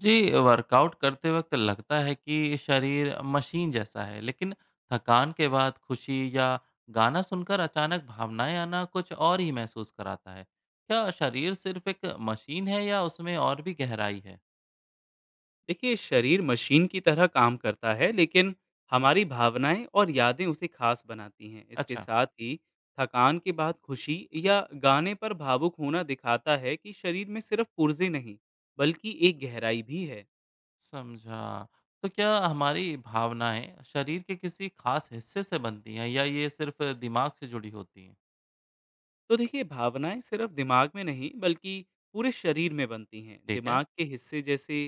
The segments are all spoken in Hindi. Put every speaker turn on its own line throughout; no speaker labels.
जी, वर्कआउट करते वक़्त लगता है कि शरीर मशीन जैसा है, लेकिन थकान के बाद खुशी या गाना सुनकर अचानक भावनाएँ आना कुछ और ही महसूस कराता है। क्या शरीर सिर्फ़ एक मशीन है या उसमें और भी गहराई है?
देखिए, शरीर मशीन की तरह काम करता है, लेकिन हमारी भावनाएं और यादें उसे खास बनाती हैं। इसके
अच्छा।
साथ ही थकान के बाद खुशी या गाने पर भावुक होना दिखाता है कि शरीर में सिर्फ पुर्जे नहीं, बल्कि एक गहराई भी है।
समझा। तो क्या हमारी भावनाएँ शरीर के किसी ख़ास हिस्से से बनती हैं या ये सिर्फ़ दिमाग से जुड़ी होती हैं?
तो देखिए, भावनाएं सिर्फ दिमाग में नहीं बल्कि पूरे शरीर में बनती हैं।
ठीक है।
दिमाग के हिस्से जैसे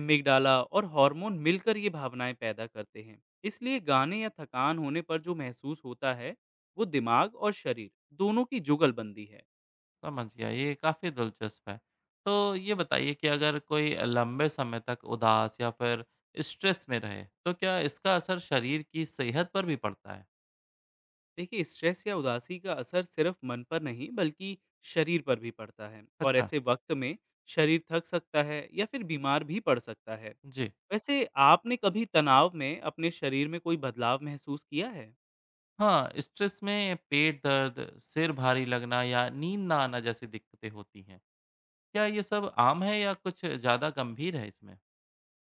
एमिगडाला और हार्मोन मिलकर ये भावनाएं पैदा करते हैं। इसलिए गाने या थकान होने पर जो महसूस होता है वो दिमाग और शरीर दोनों की जुगलबंदी है।
समझ गया, ये काफ़ी दिलचस्प है। तो ये बताइए कि अगर कोई लंबे समय तक उदास या फिर स्ट्रेस में रहे तो क्या इसका असर शरीर की सेहत पर भी पड़ता है?
देखिए, स्ट्रेस या उदासी का असर सिर्फ मन पर नहीं बल्कि शरीर पर भी पड़ता है। और
अच्छा।
ऐसे वक्त में शरीर थक सकता है या फिर बीमार भी पड़ सकता है।
जी।
वैसे, आपने कभी तनाव में अपने शरीर में कोई बदलाव महसूस किया है?
हाँ, स्ट्रेस में पेट दर्द, सिर भारी लगना या नींद ना आना जैसी दिक्कतें होती हैं। क्या ये सब आम है या कुछ ज़्यादा गंभीर है इसमें?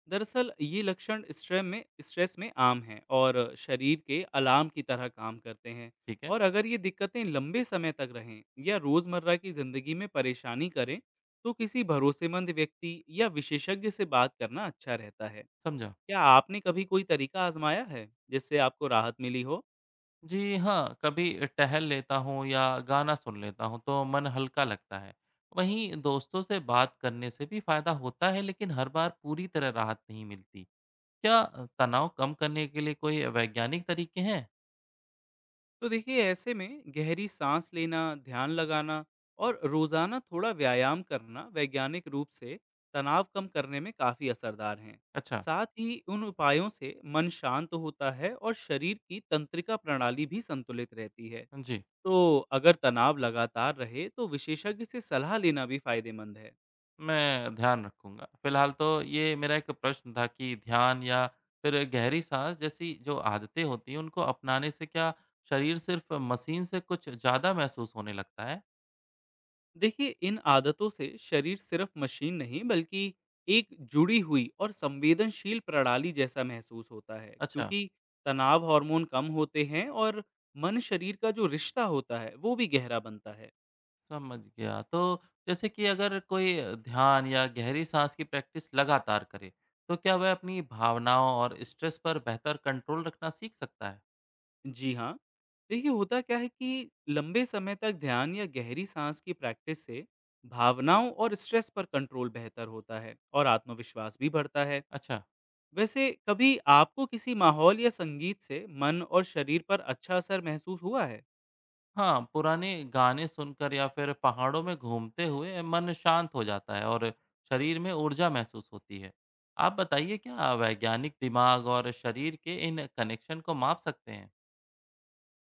दरअसल ये लक्षण स्ट्रेस में आम हैं और शरीर के अलार्म की तरह काम करते हैं।
ठीक है।
और अगर ये दिक्कतें लंबे समय तक रहें या रोज़मर्रा की ज़िंदगी में परेशानी करें, तो किसी भरोसेमंद व्यक्ति या विशेषज्ञ से बात करना अच्छा रहता है।
समझा।
क्या आपने कभी कोई तरीका आजमाया है जिससे आपको राहत मिली हो?
जी हाँ, कभी टहल लेता हूँ या गाना सुन लेता हूँ तो मन हल्का लगता है। वहीं दोस्तों से बात करने से भी फ़ायदा होता है लेकिन हर बार पूरी तरह राहत नहीं मिलती। क्या तनाव कम करने के लिए कोई वैज्ञानिक तरीके हैं?
तो देखिए, ऐसे में गहरी सांस लेना, ध्यान लगाना और रोजाना थोड़ा व्यायाम करना वैज्ञानिक रूप से तनाव कम करने में काफी असरदार हैं।
अच्छा।
साथ ही उन उपायों से मन शांत होता है और शरीर की तंत्रिका प्रणाली भी संतुलित रहती है।
जी।
तो अगर तनाव लगातार रहे तो विशेषज्ञ से सलाह लेना भी फायदेमंद है।
मैं ध्यान रखूँगा। फ़िलहाल तो ये मेरा एक प्रश्न था कि ध्यान या फिर गहरी साँस जैसी जो आदतें होती हैं उनको अपनाने से क्या शरीर सिर्फ़ मशीन से कुछ ज़्यादा महसूस होने लगता है?
देखिए, इन आदतों से शरीर सिर्फ मशीन नहीं बल्कि एक जुड़ी हुई और संवेदनशील प्रणाली जैसा महसूस होता है,
अच्छा।
क्योंकि तनाव हार्मोन कम होते हैं और मन शरीर का जो रिश्ता होता है वो भी गहरा बनता है।
समझ गया। तो जैसे कि अगर कोई ध्यान या गहरी साँस की प्रैक्टिस लगातार करे, तो क्या वह अपनी भावनाओं और स्ट्रेस पर बेहतर कंट्रोल रखना सीख सकता है?
जी हाँ, देखिए, होता क्या है कि लंबे समय तक ध्यान या गहरी सांस की प्रैक्टिस से भावनाओं और स्ट्रेस पर कंट्रोल बेहतर होता है और आत्मविश्वास भी बढ़ता है।
अच्छा।
वैसे, कभी आपको किसी माहौल या संगीत से मन और शरीर पर अच्छा असर महसूस हुआ है?
हाँ, पुराने गाने सुनकर या फिर पहाड़ों में घूमते हुए मन शांत हो जाता है और शरीर में ऊर्जा महसूस होती है। आप बताइए क्या वैज्ञानिक दिमाग और शरीर के इन कनेक्शन को माप सकते हैं?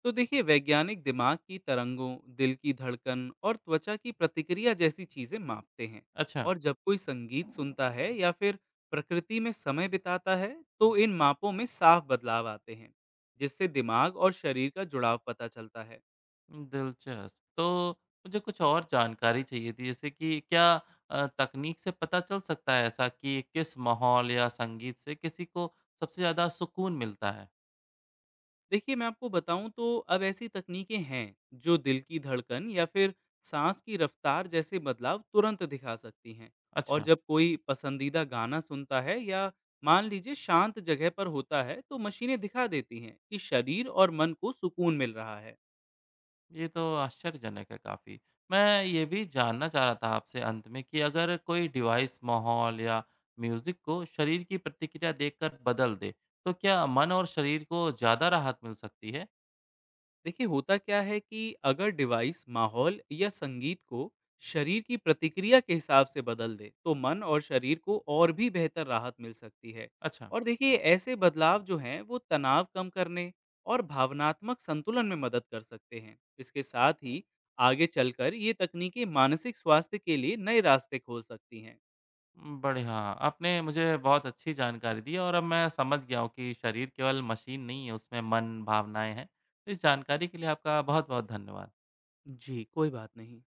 तो देखिए, वैज्ञानिक दिमाग की तरंगों, दिल की धड़कन और त्वचा की प्रतिक्रिया जैसी चीजें मापते हैं।
अच्छा।
और जब कोई संगीत सुनता है या फिर प्रकृति में समय बिताता है, तो इन मापों में साफ बदलाव आते हैं, जिससे दिमाग और शरीर का जुड़ाव पता चलता है।
दिलचस्प। तो मुझे कुछ और जानकारी चाहिए थी, जैसे कि क्या तकनीक से पता चल सकता है ऐसा कि किस माहौल या संगीत से किसी को सबसे ज़्यादा सुकून मिलता है?
देखिए, मैं आपको बताऊं तो अब ऐसी तकनीकें हैं जो दिल की धड़कन या फिर सांस की रफ्तार जैसे बदलाव तुरंत दिखा सकती हैं। और
अच्छा।
जब कोई पसंदीदा गाना सुनता है या मान लीजिए शांत जगह पर होता है तो मशीनें दिखा देती हैं कि शरीर और मन को सुकून मिल रहा है।
ये तो आश्चर्यजनक है काफ़ी। मैं ये भी जानना चाह रहा था आपसे अंत में कि अगर कोई डिवाइस माहौल या म्यूज़िक को शरीर की प्रतिक्रिया देखकर बदल दे, तो क्या मन और शरीर को ज़्यादा राहत मिल सकती है?
देखिए, होता क्या है कि अगर डिवाइस माहौल या संगीत को शरीर की प्रतिक्रिया के हिसाब से बदल दे, तो मन और शरीर को और भी बेहतर राहत मिल सकती है।
अच्छा।
और देखिए, ऐसे बदलाव जो हैं वो तनाव कम करने और भावनात्मक संतुलन में मदद कर सकते हैं। इसके साथ ही आगे चलकर ये तकनीकें मानसिक स्वास्थ्य के लिए नए रास्ते खोल सकती हैं।
बढ़िया। आपने मुझे बहुत अच्छी जानकारी दी और अब मैं समझ गया हूँ कि शरीर केवल मशीन नहीं है, उसमें मन, भावनाएँ हैं। इस जानकारी के लिए आपका बहुत-बहुत धन्यवाद।
जी, कोई बात नहीं।